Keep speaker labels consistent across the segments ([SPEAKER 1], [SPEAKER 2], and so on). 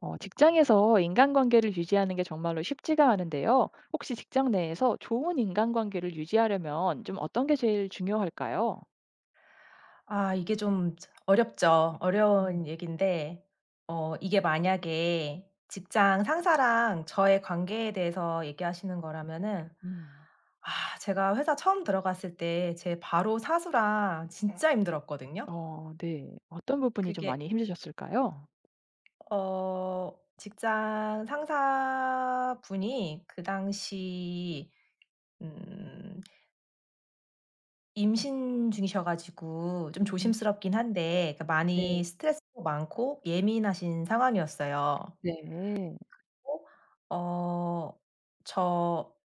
[SPEAKER 1] 직장에서 인간관계를 유지하는 게 정말로 쉽지가 않은데요. 혹시 직장 내에서 좋은 인간관계를 유지하려면 좀 어떤 게 제일 중요할까요?
[SPEAKER 2] 아 이게 좀 어렵죠. 어려운
[SPEAKER 1] 음,
[SPEAKER 2] 얘기인데, 이게 만약에 직장 상사랑 저의 관계에 대해서 얘기하시는 거라면은,
[SPEAKER 1] 음,
[SPEAKER 2] 아 제가 회사 처음 들어갔을 때 제 바로 사수랑 진짜 힘들었거든요.
[SPEAKER 1] 네. 어떤 부분이 좀
[SPEAKER 2] 그게,
[SPEAKER 1] 많이 힘드셨을까요?
[SPEAKER 2] 직장 상사분이 그 당시 음 임신 중이셔 가지고 좀
[SPEAKER 1] 음,
[SPEAKER 2] 조심스럽긴 한데, 그러니까
[SPEAKER 1] 네,
[SPEAKER 2] 많이 스트레스도 많고 예민하신 상황이었어요.
[SPEAKER 1] 네, 네.
[SPEAKER 2] 어 저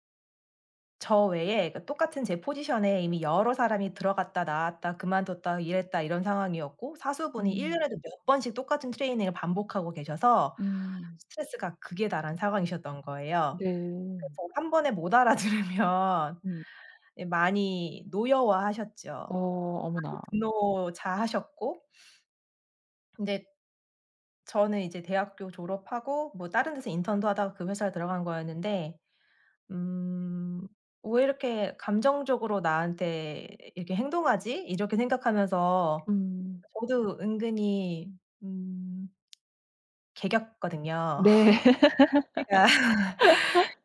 [SPEAKER 2] 저 외에, 그러니까 똑같은 제 포지션에 이미 여러 사람이 들어갔다 나왔다 그만뒀다 이랬다 이런 상황이었고, 사수분이 1
[SPEAKER 1] 음,
[SPEAKER 2] 년에도 몇 번씩 똑같은 트레이닝을 반복하고 계셔서
[SPEAKER 1] 음,
[SPEAKER 2] 스트레스가 극에 달한 상황이셨던 거예요.
[SPEAKER 1] 네.
[SPEAKER 2] 그래서 한 번에 못 알아들으면
[SPEAKER 1] 음,
[SPEAKER 2] 예, 많이 노여워하셨죠.
[SPEAKER 1] 어, 어머나.
[SPEAKER 2] 분노 자하셨고, 근데 저는 이제 대학교 졸업하고 뭐 다른 데서 인턴도 하다가 그 회사에 들어간 거였는데, 음 '왜 이렇게 감정적으로 나한테 이렇게 행동하지?' 이렇게 생각하면서
[SPEAKER 1] 음,
[SPEAKER 2] 저도 은근히 음 개겼거든요.
[SPEAKER 1] 네.
[SPEAKER 2] 제가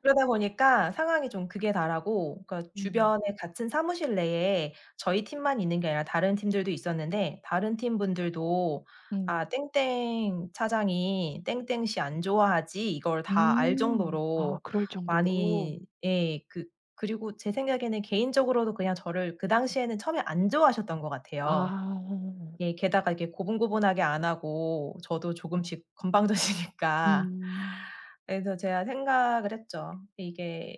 [SPEAKER 2] 그러다 보니까 상황이 좀 극에 달하고, 그러니까
[SPEAKER 1] 음,
[SPEAKER 2] 주변에 같은 사무실 내에 저희 팀만 있는 게 아니라 다른 팀들도 있었는데, 다른 팀 분들도
[SPEAKER 1] 음,
[SPEAKER 2] "아 땡땡 차장이 땡땡 씨 안 좋아하지?" 이걸 다 알
[SPEAKER 1] 아,
[SPEAKER 2] 정도로
[SPEAKER 1] 그럴 정도로.
[SPEAKER 2] 많이, 예, 그리고 제 생각에는 개인적으로도 그냥 저를 그 당시에는 처음에 안 좋아하셨던 것 같아요.
[SPEAKER 1] 아,
[SPEAKER 2] 예, 게다가 이렇게 고분고분하게 안 하고 저도 조금씩 건방져지니까,
[SPEAKER 1] 음,
[SPEAKER 2] 그래서 제가 생각을 했죠. 이게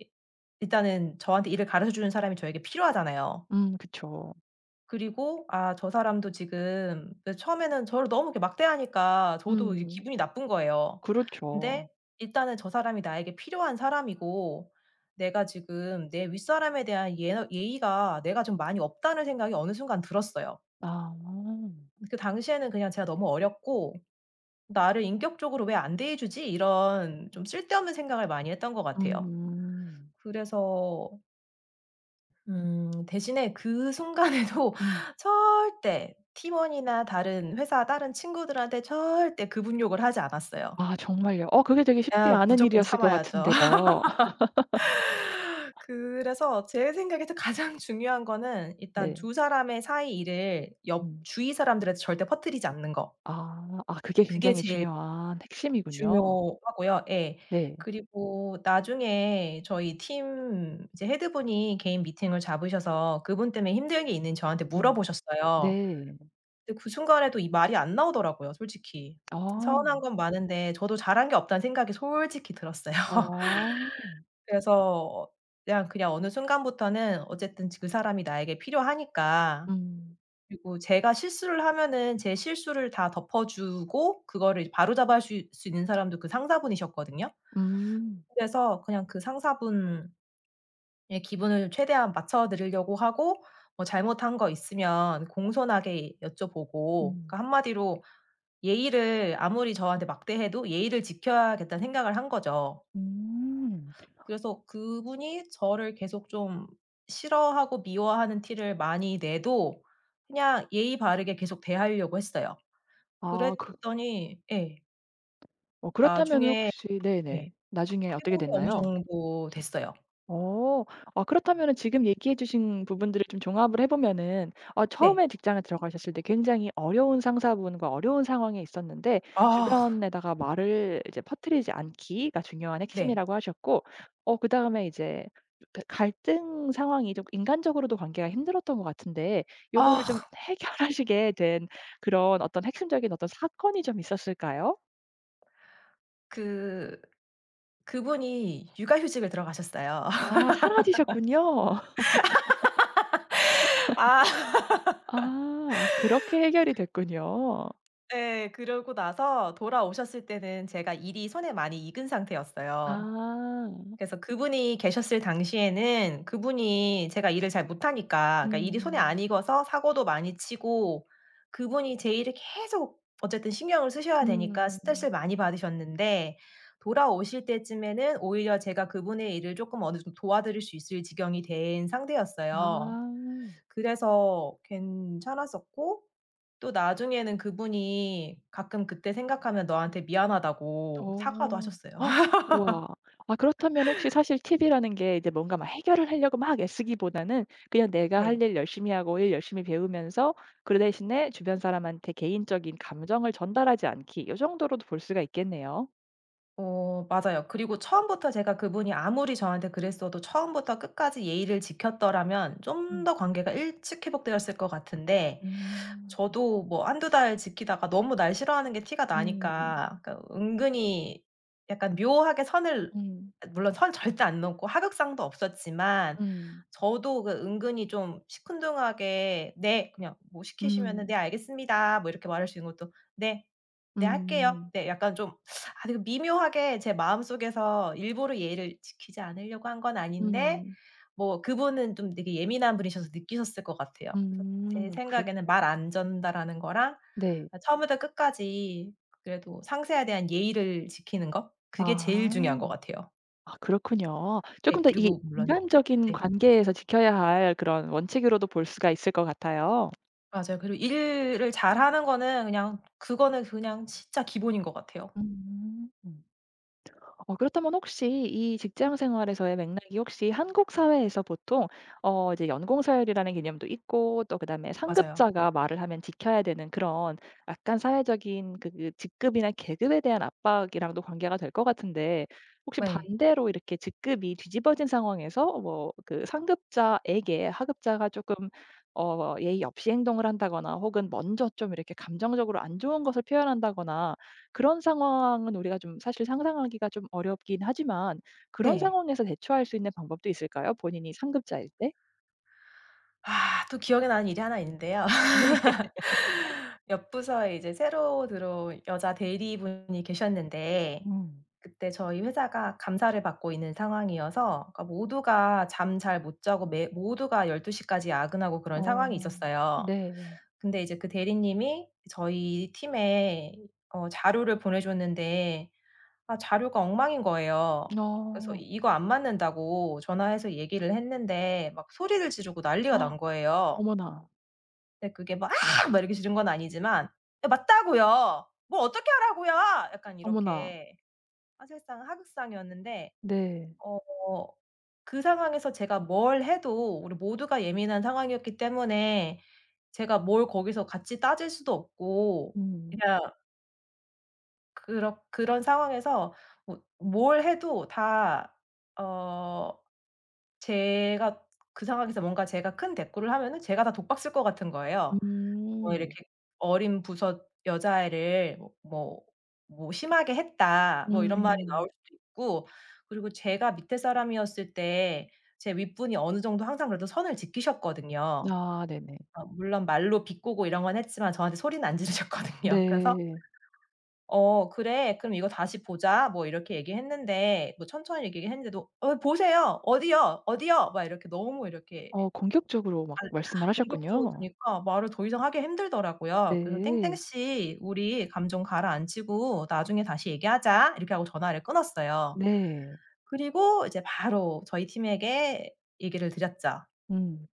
[SPEAKER 2] 일단은 저한테 일을 가르쳐 주는 사람이 저에게 필요하잖아요.
[SPEAKER 1] 그쵸.
[SPEAKER 2] 그리고 '아 저 사람도 지금', 그 처음에는 저를 너무 이렇게 막대하니까 저도 이제
[SPEAKER 1] 음.
[SPEAKER 2] 기분이 나쁜 거예요.
[SPEAKER 1] 그렇죠.
[SPEAKER 2] 근데 일단은 저 사람이 나에게 필요한 사람이고 내가 지금 내 윗사람에 대한 예의가 내가 좀 많이 없다는 생각이 어느 순간 들었어요.
[SPEAKER 1] 아.
[SPEAKER 2] 그 당시에는 그냥 제가 너무 어렸고 '나를 인격적으로 왜 안 대해 주지?' 이런 좀 쓸데없는 생각을 많이 했던 것 같아요.
[SPEAKER 1] 음.
[SPEAKER 2] 그래서 대신에 그 순간에도
[SPEAKER 1] 음.
[SPEAKER 2] 절대 팀원이나 다른 회사 다른 친구들한테 절대 그분 욕을 하지 않았어요.
[SPEAKER 1] 아 정말요? 그게 되게 쉽지
[SPEAKER 2] 아
[SPEAKER 1] 않은
[SPEAKER 2] 무조건
[SPEAKER 1] 일이었을 것
[SPEAKER 2] 참아야죠.
[SPEAKER 1] 같은데요.
[SPEAKER 2] 그래서 제 생각에서 가장 중요한 거는 일단
[SPEAKER 1] 네.
[SPEAKER 2] 두 사람의 사이 일을 옆
[SPEAKER 1] 음.
[SPEAKER 2] 주위 사람들한테 절대 퍼뜨리지 않는 거.
[SPEAKER 1] 아. 아 그게
[SPEAKER 2] 그게
[SPEAKER 1] 굉장히
[SPEAKER 2] 제일
[SPEAKER 1] 중요한 핵심이군요.
[SPEAKER 2] 중요하고요. 예.
[SPEAKER 1] 네.
[SPEAKER 2] 그리고 나중에 저희 팀 이제 헤드분이 개인 미팅을 잡으셔서 그분 때문에 힘든 게 있는지 저한테
[SPEAKER 1] 음.
[SPEAKER 2] 물어보셨어요.
[SPEAKER 1] 네.
[SPEAKER 2] 근데 그 순간에도 이 말이 안 나오더라고요, 솔직히. 서운한
[SPEAKER 1] 아.
[SPEAKER 2] 건 많은데 저도 잘한 게 없다는 생각이 솔직히 들었어요.
[SPEAKER 1] 아.
[SPEAKER 2] 그래서 그냥 그냥 어느 순간부터는 어쨌든 그 사람이 나에게 필요하니까,
[SPEAKER 1] 음.
[SPEAKER 2] 그리고 제가 실수를 하면은 제 실수를 다 덮어 주고 그거를 바로잡아 줄 수 있는 사람도 그 상사분이셨거든요.
[SPEAKER 1] 음.
[SPEAKER 2] 그래서 그냥 그 상사분의 기분을 최대한 맞춰 드리려고 하고, 뭐 잘못한 거 있으면 공손하게 여쭤보고,
[SPEAKER 1] 음.
[SPEAKER 2] 그러니까 한마디로 예의를, 아무리 저한테 막대해도 예의를 지켜야겠다는 생각을 한 거죠.
[SPEAKER 1] 음.
[SPEAKER 2] 그래서 그분이 저를 계속 좀 싫어하고 미워하는 티를 많이 내도 그냥 예의 바르게 계속 대하려고 했어요.
[SPEAKER 1] 아 그
[SPEAKER 2] 그랬더니, 예,
[SPEAKER 1] 그렇다면은
[SPEAKER 2] 나중에,
[SPEAKER 1] 혹시
[SPEAKER 2] 예,
[SPEAKER 1] 네네. 나중에 어떻게
[SPEAKER 2] 회복이 어느
[SPEAKER 1] 됐나요?
[SPEAKER 2] 정도 됐어요.
[SPEAKER 1] 어. 아 그렇다면은 지금 얘기해 주신 부분들을 좀 종합을 해 보면은
[SPEAKER 2] 네.
[SPEAKER 1] 처음에 직장에 들어가셨을 때 굉장히 어려운 상사분과 어려운 상황에 있었는데
[SPEAKER 2] 아
[SPEAKER 1] 주변에다가 말을 이제 퍼뜨리지 않기가 중요한
[SPEAKER 2] 네.
[SPEAKER 1] 핵심이라고 하셨고 그다음에 이제 그 갈등 상황이 좀 인간적으로도 관계가 힘들었던 것 같은데 요거를 좀
[SPEAKER 2] 아
[SPEAKER 1] 해결하시게 된 그런 어떤 핵심적인 어떤 사건이 좀 있었을까요?
[SPEAKER 2] 그 그분이 육아휴직을 들어가셨어요.
[SPEAKER 1] 아 사라지셨군요.
[SPEAKER 2] 아.
[SPEAKER 1] 아 그렇게 해결이 됐군요.
[SPEAKER 2] 네, 그러고 나서 돌아오셨을 때는 제가 일이 손에 많이 익은 상태였어요.
[SPEAKER 1] 아.
[SPEAKER 2] 그래서 그분이 계셨을 당시에는 그분이, 제가 일을 잘 못하니까, 그러니까 일이 손에
[SPEAKER 1] 음.
[SPEAKER 2] 안 익어서 사고도 많이 치고, 그분이 제 일을 계속 어쨌든 신경을 쓰셔야 되니까
[SPEAKER 1] 음.
[SPEAKER 2] 스트레스를 많이 받으셨는데, 돌아오실 때쯤에는 오히려 제가 그분의 일을 쪼끔 어느 정도 도와드릴 수 있을 지경이 된 상태였어요.
[SPEAKER 1] 아.
[SPEAKER 2] 그래서 괜찮았었고, 또 나중에는 그분이 가끔 그때 생각하면 너한테 미안하다고 사과도
[SPEAKER 1] 어.
[SPEAKER 2] 하셨어요.
[SPEAKER 1] 우와. 아 그렇다면 혹시 사실 팁이라는 게 이제 뭔가 막 해결을 하려고 막 애쓰기보다는 그냥 내가 할
[SPEAKER 2] 네.
[SPEAKER 1] 일 열심히 하고 일 열심히 배우면서 그 대신에 주변 사람한테 개인적인 감정을 전달하지 않기 요 정도로도 볼 수가 있겠네요.
[SPEAKER 2] 맞아요. 그리고 처음부터, 제가, 그분이 아무리 저한테 그랬어도, 처음부터 끝까지 예의를 지켰더라면 좀
[SPEAKER 1] 음.
[SPEAKER 2] 더 관계가 일찍 회복되었을 것 같은데,
[SPEAKER 1] 음.
[SPEAKER 2] 저도 뭐 한두 달 지키다가 너무 날 싫어하는 게 티가
[SPEAKER 1] 음.
[SPEAKER 2] 나니까, 그러니까 은근히 약간 묘하게 선을,
[SPEAKER 1] 음.
[SPEAKER 2] 물론 선 절대 안 넘고 하극상도 없었지만,
[SPEAKER 1] 음.
[SPEAKER 2] 저도 그 은근히 좀 시큰둥하게 "네." 그냥 뭐 시키시면은
[SPEAKER 1] 음.
[SPEAKER 2] "네 알겠습니다." 뭐 이렇게 말할 수 있는 것도 "네. 네 할게요."
[SPEAKER 1] 음.
[SPEAKER 2] 네 약간 좀, 되게 미묘하게 제 마음속에서 일부러 예의를 지키지 않으려고 한 건 아닌데,
[SPEAKER 1] 음.
[SPEAKER 2] 뭐 그분은 좀 되게 예민한 분이셔서 느끼셨을 것 같아요. 그래서
[SPEAKER 1] 음.
[SPEAKER 2] 제
[SPEAKER 1] 그렇
[SPEAKER 2] 생각에는 '말 안 전다.'라는 거랑,
[SPEAKER 1] 네.
[SPEAKER 2] 아 처음부터 끝까지 그래도 상세에 대한 예의를 지키는 거, 그게 제일
[SPEAKER 1] 아.
[SPEAKER 2] 중요한 것 같아요.
[SPEAKER 1] 아 그렇군요. 조금
[SPEAKER 2] 네,
[SPEAKER 1] 더이
[SPEAKER 2] 그리고 물론,
[SPEAKER 1] 인간적인
[SPEAKER 2] 네
[SPEAKER 1] 관계에서 지켜야 할 그런 원칙으로도 볼 수가 있을 것 같아요.
[SPEAKER 2] 맞아요. 그리고 일을 잘하는 거는 그냥, 그거는 그냥 진짜 기본인 것 같아요.
[SPEAKER 1] 음. 그렇다면 혹시 이 직장 생활에서의 맥락이 혹시 한국 사회에서 보통 이제 연공 서열이라는 개념도 있고 또 그다음에
[SPEAKER 2] 맞아요.
[SPEAKER 1] 상급자가 말을 하면 지켜야 되는 그런 약간 사회적인 그 직급이나 계급에 대한 압박이랑도 관계가 될 것 같은데 혹시
[SPEAKER 2] 네.
[SPEAKER 1] 반대로 이렇게 직급이 뒤집어진 상황에서 뭐 그 상급자에게 하급자가 조금 예의 없이 행동을 한다거나 혹은 먼저 좀 이렇게 감정적으로 안 좋은 것을 표현한다거나 그런 상황은 우리가 좀 사실 상상하기가 좀 어렵긴 하지만 그런
[SPEAKER 2] 네.
[SPEAKER 1] 상황에서 대처할 수 있는 방법도 있을까요? 본인이 상급자일 때?
[SPEAKER 2] 아 또 기억에 나는 일이 하나 있는데요. 옆 부서에 이제 새로 들어온 여자 대리분이 계셨는데,
[SPEAKER 1] 음.
[SPEAKER 2] 그때 저희 회사가 감사를 받고 있는 상황이어서, 그러니까 모두가 잠 잘 못 자고 매, 모두가 1 2시 까지 야근하고 그런 상황이
[SPEAKER 1] 어
[SPEAKER 2] 있었어요.
[SPEAKER 1] 네.
[SPEAKER 2] 근데 이제 그 대리님이 저희 팀에 자료를 보내줬는데, 아 자료가 엉망인 거예요. 그래서
[SPEAKER 1] 어.
[SPEAKER 2] "이거 안 맞는다."고 전화해서 얘기를 했는데 막 소리를 지르고 난리가 난
[SPEAKER 1] 헉,
[SPEAKER 2] 거예요.
[SPEAKER 1] 어머나,
[SPEAKER 2] 근데 그게 막 "아!" 막 이렇게 지른 건 아니지만 "예 맞다고요. 뭘 어떻게 하라고요." 약간
[SPEAKER 1] 어머나.
[SPEAKER 2] 이렇게, 사실상 하극상이었는데,
[SPEAKER 1] 네.
[SPEAKER 2] 어 그 상황에서 제가 뭘 해도 우리 모두가 예민한 상황이었기 때문에 제가 뭘 거기서 같이 따질 수도 없고,
[SPEAKER 1] 음.
[SPEAKER 2] 그냥 그렇 그런 상황에서 뭐 뭘 해도 다, 어 제가, 그 상황에서 뭔가 제가 큰 대꾸를 하면은 제가 다 독박 쓸 것 같은 거예요. 뭐 이렇게
[SPEAKER 1] 음.
[SPEAKER 2] "어린 부서 여자애를 뭐 뭐 뭐 심하게 했다." 뭐 이런 말이
[SPEAKER 1] 음.
[SPEAKER 2] 나올 수도 있고. 그리고 제가 밑에 사람이었을 때 제 윗분이 어느 정도 항상 그래도 선을 지키셨거든요.
[SPEAKER 1] 아 네네.
[SPEAKER 2] 아 물론 말로 비꼬고 이런 건 했지만 저한테 소리는 안 지르셨거든요. 그래서
[SPEAKER 1] 네.
[SPEAKER 2] "어 그래. 그럼 이거 다시 보자." 뭐 이렇게 얘기했는데, 뭐 천천히 얘기했는데도 "어 보세요." "어디요? 어디요?" 막 이렇게 너무 이렇게
[SPEAKER 1] 어 공격적으로 막 말씀을
[SPEAKER 2] 공격 적으로 드
[SPEAKER 1] 하셨군요.
[SPEAKER 2] 니까 말을 더 이상 하기 힘들더라고요. 그래서 "땡땡
[SPEAKER 1] 네.
[SPEAKER 2] 씨 우리 감정 가라앉히고 나중에 다시 얘기하자." 이렇게 하고 전화를 끊었어요.
[SPEAKER 1] 네.
[SPEAKER 2] 그리고 이제 바로 저희 팀에게 얘기를 드렸죠.
[SPEAKER 1] 음.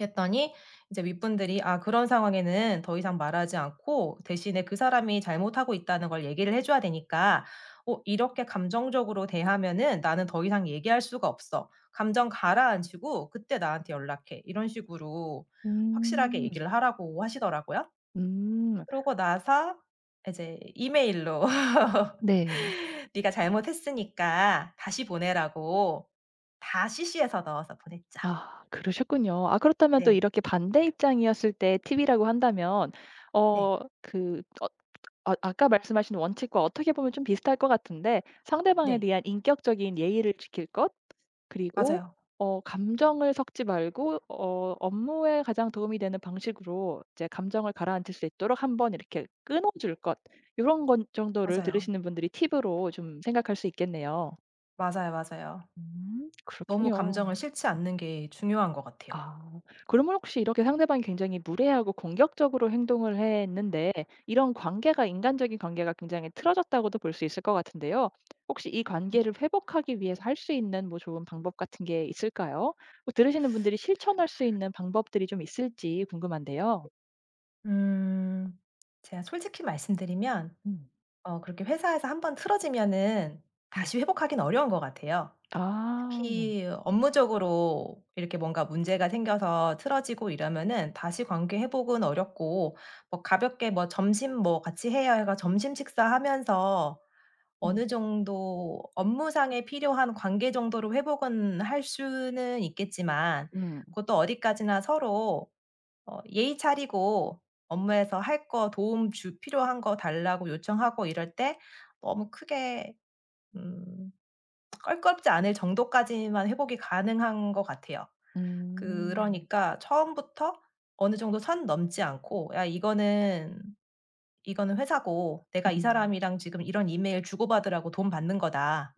[SPEAKER 2] 했더니 이제 윗분들이, 아 그런 상황에는 더 이상 말하지 않고 대신에 그 사람이 잘못하고 있다는 걸 얘기를 해 줘야 되니까 "어 이렇게 감정적으로 대하면은 나는 더 이상 얘기할 수가 없어. 감정 가라앉히고 그때 나한테 연락해." 이런 식으로 확실하게
[SPEAKER 1] 음.
[SPEAKER 2] 얘기를 하라고 하시더라고요.
[SPEAKER 1] 음.
[SPEAKER 2] 그러고 나서 이제 이메일로
[SPEAKER 1] 네.
[SPEAKER 2] "네가 잘못했으니까 다시 보내."라고 다 CC해서 넣어서 보냈죠.
[SPEAKER 1] 아 그러셨군요. 아 그렇다면 또
[SPEAKER 2] 네.
[SPEAKER 1] 이렇게 반대 입장이었을 때 팁이라고 한다면
[SPEAKER 2] 네.
[SPEAKER 1] 어 그 어 아 아까 말씀하신 원칙과 어떻게 보면 좀 비슷할 것 같은데 상대방에
[SPEAKER 2] 네.
[SPEAKER 1] 대한 인격적인 예의를 지킬 것 그리고
[SPEAKER 2] 맞아요.
[SPEAKER 1] 감정을 섞지 말고 업무에 가장 도움이 되는 방식으로 이제 감정을 가라앉힐 수 있도록 한번 이렇게 끊어 줄 것 이런 건 정도를
[SPEAKER 2] 맞아요.
[SPEAKER 1] 들으시는 분들이 팁으로 좀 생각할 수 있겠네요.
[SPEAKER 2] 맞아요, 맞아요. 너무
[SPEAKER 1] 그렇군요.
[SPEAKER 2] 감정을 싫지 않는 게 중요한 것 같아요.
[SPEAKER 1] 아. 그러면 혹시 이렇게 상대방이 굉장히 무례하고 공격적으로 행동을 했는데 이런 관계가 인간적인 관계가 굉장히 틀어졌다고도 볼 수 있을 것 같은데요. 혹시 이 관계를 회복하기 위해서 할 수 있는 뭐 좋은 방법 같은 게 있을까요? 뭐 들으시는 분들이 실천할 수 있는 방법들이 좀 있을지 궁금한데요.
[SPEAKER 2] 음. 제가 솔직히 말씀드리면
[SPEAKER 1] 음.
[SPEAKER 2] 그렇게 회사에서 한 번 틀어지면은
[SPEAKER 1] 음.
[SPEAKER 2] 다시 회복하기는 어려운 것 같아요.
[SPEAKER 1] 아.
[SPEAKER 2] 특히 업무적으로 이렇게 뭔가 문제가 생겨서 틀어지고 이러면은 다시 관계 회복은 어렵고, 뭐 가볍게 뭐 점심 뭐 같이 해요 해가 점심 식사하면서
[SPEAKER 1] 음.
[SPEAKER 2] 어느 정도 업무상에 필요한 관계 정도로 회복은 할 수는 있겠지만,
[SPEAKER 1] 음.
[SPEAKER 2] 그것도 어디까지나 서로 예의 차리고, 업무에서 할 거 도움 주 필요한 거 달라고 요청하고 이럴 때 너무 크게 음 껄끄럽지 않을 정도까지만 회복이 가능한 것 같아요.
[SPEAKER 1] 음.
[SPEAKER 2] 그러니까 처음부터 어느 정도 선 넘지 않고 '야 이거는, 이거는 회사고 내가 이
[SPEAKER 1] 음.
[SPEAKER 2] 사람이랑 지금 이런 이메일 주고받으라고 돈 받는 거다.'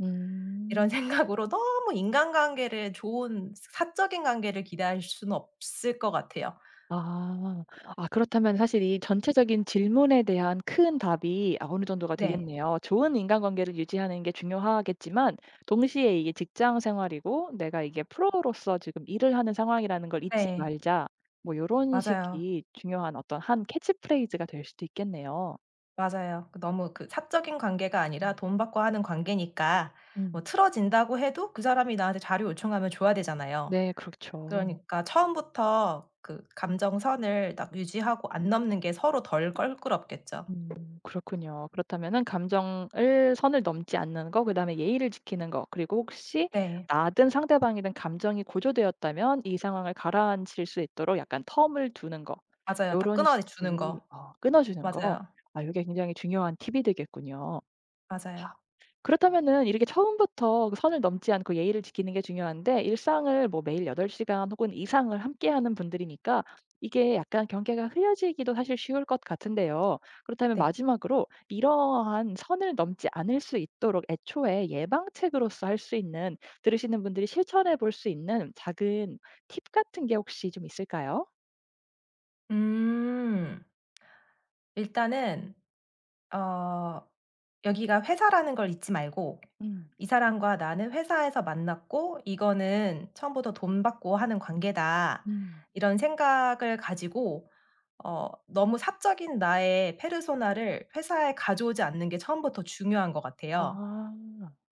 [SPEAKER 2] 이런
[SPEAKER 1] 음.
[SPEAKER 2] 생각으로 너무 인간관계를, 좋은 사적인 관계를 기대할 수는 없을 것 같아요.
[SPEAKER 1] 아. 아 그렇다면 사실 이 전체적인 질문에 대한 큰 답이 아 어느 정도가
[SPEAKER 2] 네.
[SPEAKER 1] 되겠네요. 좋은 인간관계를 유지하는 게 중요하겠지만 동시에 이게 직장 생활이고 내가 이게 프로로서 지금 일을 하는 상황이라는 걸 잊지
[SPEAKER 2] 네.
[SPEAKER 1] 말자. 뭐 요런
[SPEAKER 2] 맞아요.
[SPEAKER 1] 식이 중요한 어떤 한 캐치프레이즈가 될 수도 있겠네요.
[SPEAKER 2] 맞아요. 너무 그 사적인 관계가 아니라
[SPEAKER 1] 음.
[SPEAKER 2] 돈 받고 하는 관계니까, 뭐
[SPEAKER 1] 음.
[SPEAKER 2] 틀어진다고 해도 그 사람이 나한테 자료 요청하면 줘야 되잖아요.
[SPEAKER 1] 네 그렇죠.
[SPEAKER 2] 그러니까 처음부터 그 감정선을 딱 유지하고 안 넘는 게 서로 덜 껄끄럽겠죠.
[SPEAKER 1] 음 그렇군요. 그렇다면은 감정을 선을 넘지 않는 거 그다음에 예의를 지키는 거 그리고 혹시
[SPEAKER 2] 네.
[SPEAKER 1] 나든 상대방이든 감정이 고조되었다면 이 상황을 가라앉힐 수 있도록 약간 텀을 두는 거
[SPEAKER 2] 맞아요. 딱
[SPEAKER 1] 요런
[SPEAKER 2] 끊어 주는
[SPEAKER 1] 식이
[SPEAKER 2] 거.
[SPEAKER 1] 끊어 주는 거
[SPEAKER 2] 맞아요.
[SPEAKER 1] 아 이게 굉장히 중요한 팁이 되겠군요.
[SPEAKER 2] 맞아요.
[SPEAKER 1] 그렇다면은 이렇게 처음부터 그 선을 넘지 않고 예의를 지키는 게 중요한데 일상을 뭐 매일 8시간 시간 혹은 이상을 함께하는 분들이니까 이게 약간 경계가 흐려지기도 사실 쉬울 것 같은데요. 그렇다면
[SPEAKER 2] 네.
[SPEAKER 1] 마지막으로 이러한 선을 넘지 않을 수 있도록 애초에 예방책으로서 할 수 있는 들으시는 분들이 실천해 볼 수 있는 작은 팁 같은 게 혹시 좀 있을까요?
[SPEAKER 2] 음. 일단은 어 여기가 회사라는 걸 잊지 말고
[SPEAKER 1] 음.
[SPEAKER 2] "이 사람과 나는 회사에서 만났고 이거는 처음부터 돈 받고 하는 관계다."
[SPEAKER 1] 음.
[SPEAKER 2] 이런 생각을 가지고, 너무 사적인 나의 페르소나를 회사에 가져오지 않는 게 처음부터 중요한 것 같아요.
[SPEAKER 1] 아.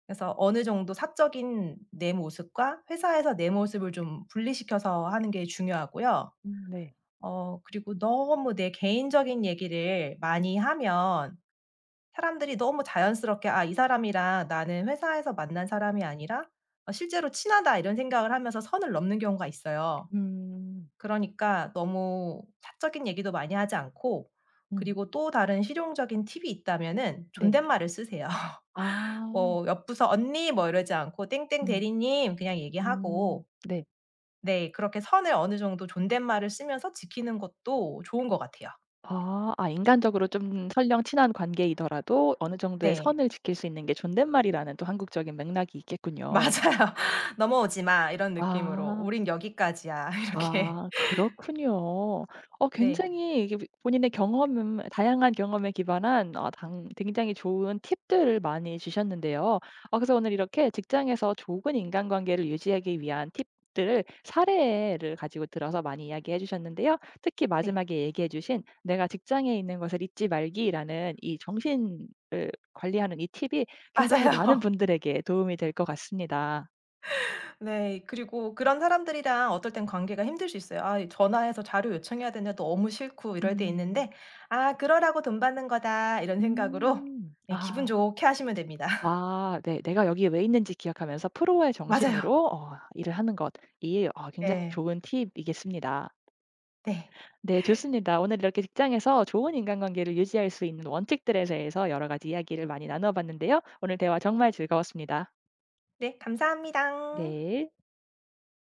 [SPEAKER 2] 그래서 어느 정도 사적인 내 모습과 회사에서 내 모습을 좀 분리시켜서 하는 게 중요하고요.
[SPEAKER 1] 음. 네.
[SPEAKER 2] 그리고 너무 내 개인적인 얘기를 많이 하면 사람들이 너무 자연스럽게 '아 이 사람이랑 나는 회사에서 만난 사람이 아니라 실제로 친하다.' 이런 생각을 하면서 선을 넘는 경우가 있어요.
[SPEAKER 1] 음.
[SPEAKER 2] 그러니까 너무 사적인 얘기도 많이 하지 않고,
[SPEAKER 1] 음.
[SPEAKER 2] 그리고 또 다른 실용적인 팁이 있다면은
[SPEAKER 1] 네.
[SPEAKER 2] 존댓말을 쓰세요.
[SPEAKER 1] 아.
[SPEAKER 2] 뭐 옆 부서 "언니." 뭐 이러지 않고 "땡땡
[SPEAKER 1] 음.
[SPEAKER 2] 대리님." 그냥 얘기하고.
[SPEAKER 1] 네.
[SPEAKER 2] 네 그렇게 선을 어느 정도 존댓말을 쓰면서 지키는 것도 좋은 것 같아요.
[SPEAKER 1] 아. 아 인간적으로 좀 설령 친한 관계이더라도 어느 정도의
[SPEAKER 2] 네.
[SPEAKER 1] 선을 지킬 수 있는 게 존댓말이라는 또 한국적인 맥락이
[SPEAKER 2] 맞아요.
[SPEAKER 1] 있겠군요.
[SPEAKER 2] "넘어오지 마." 이런 느낌으로
[SPEAKER 1] 아.
[SPEAKER 2] "우린 여기까지야." 이렇게.
[SPEAKER 1] 아 그렇군요.
[SPEAKER 2] 네.
[SPEAKER 1] 굉장히 이게 본인의 경험 다양한 경험에 기반한 어 당 굉장히 좋은 팁들을 많이 주셨는데요. 그래서 오늘 이렇게 직장에서 좋은 인간관계를 유지하기 위한 팁들을 사례를 가지고 들어서 많이 이야기해 주셨는데요. 특히
[SPEAKER 2] 네.
[SPEAKER 1] 마지막에 얘기해 주신 "내가 직장에 있는 것을 잊지 말기."라는 이 정신을 관리하는 이 팁이 굉장히 많은
[SPEAKER 2] 맞아요.
[SPEAKER 1] 분들에게 도움이 될 것 같습니다.
[SPEAKER 2] 네. 그리고 그런 사람들이랑 어떨 땐 관계가 힘들 수 있어요. 아 전화해서 자료 요청해야 되냐 너무 싫고 이럴 때
[SPEAKER 1] 음.
[SPEAKER 2] 있는데, '아 그러라고 돈 받는 거다.' 이런 생각으로,
[SPEAKER 1] 음.
[SPEAKER 2] 네, 기분
[SPEAKER 1] 아.
[SPEAKER 2] 좋게 하시면 됩니다.
[SPEAKER 1] 아 네. 내가 여기 왜 있는지 기억하면서 프로의
[SPEAKER 2] 맞아요.
[SPEAKER 1] 정신으로 일을 하는 것. 이 어 굉장히
[SPEAKER 2] 네.
[SPEAKER 1] 좋은 팁이겠습니다.
[SPEAKER 2] 네.
[SPEAKER 1] 네 좋습니다. 오늘 이렇게 직장에서 좋은 인간관계를 유지할 수 있는 원칙들에 대해서 여러 가지 이야기를 많이 나눠 봤는데요. 오늘 대화 정말 즐거웠습니다.
[SPEAKER 2] 네. 감사합니다.
[SPEAKER 1] 네.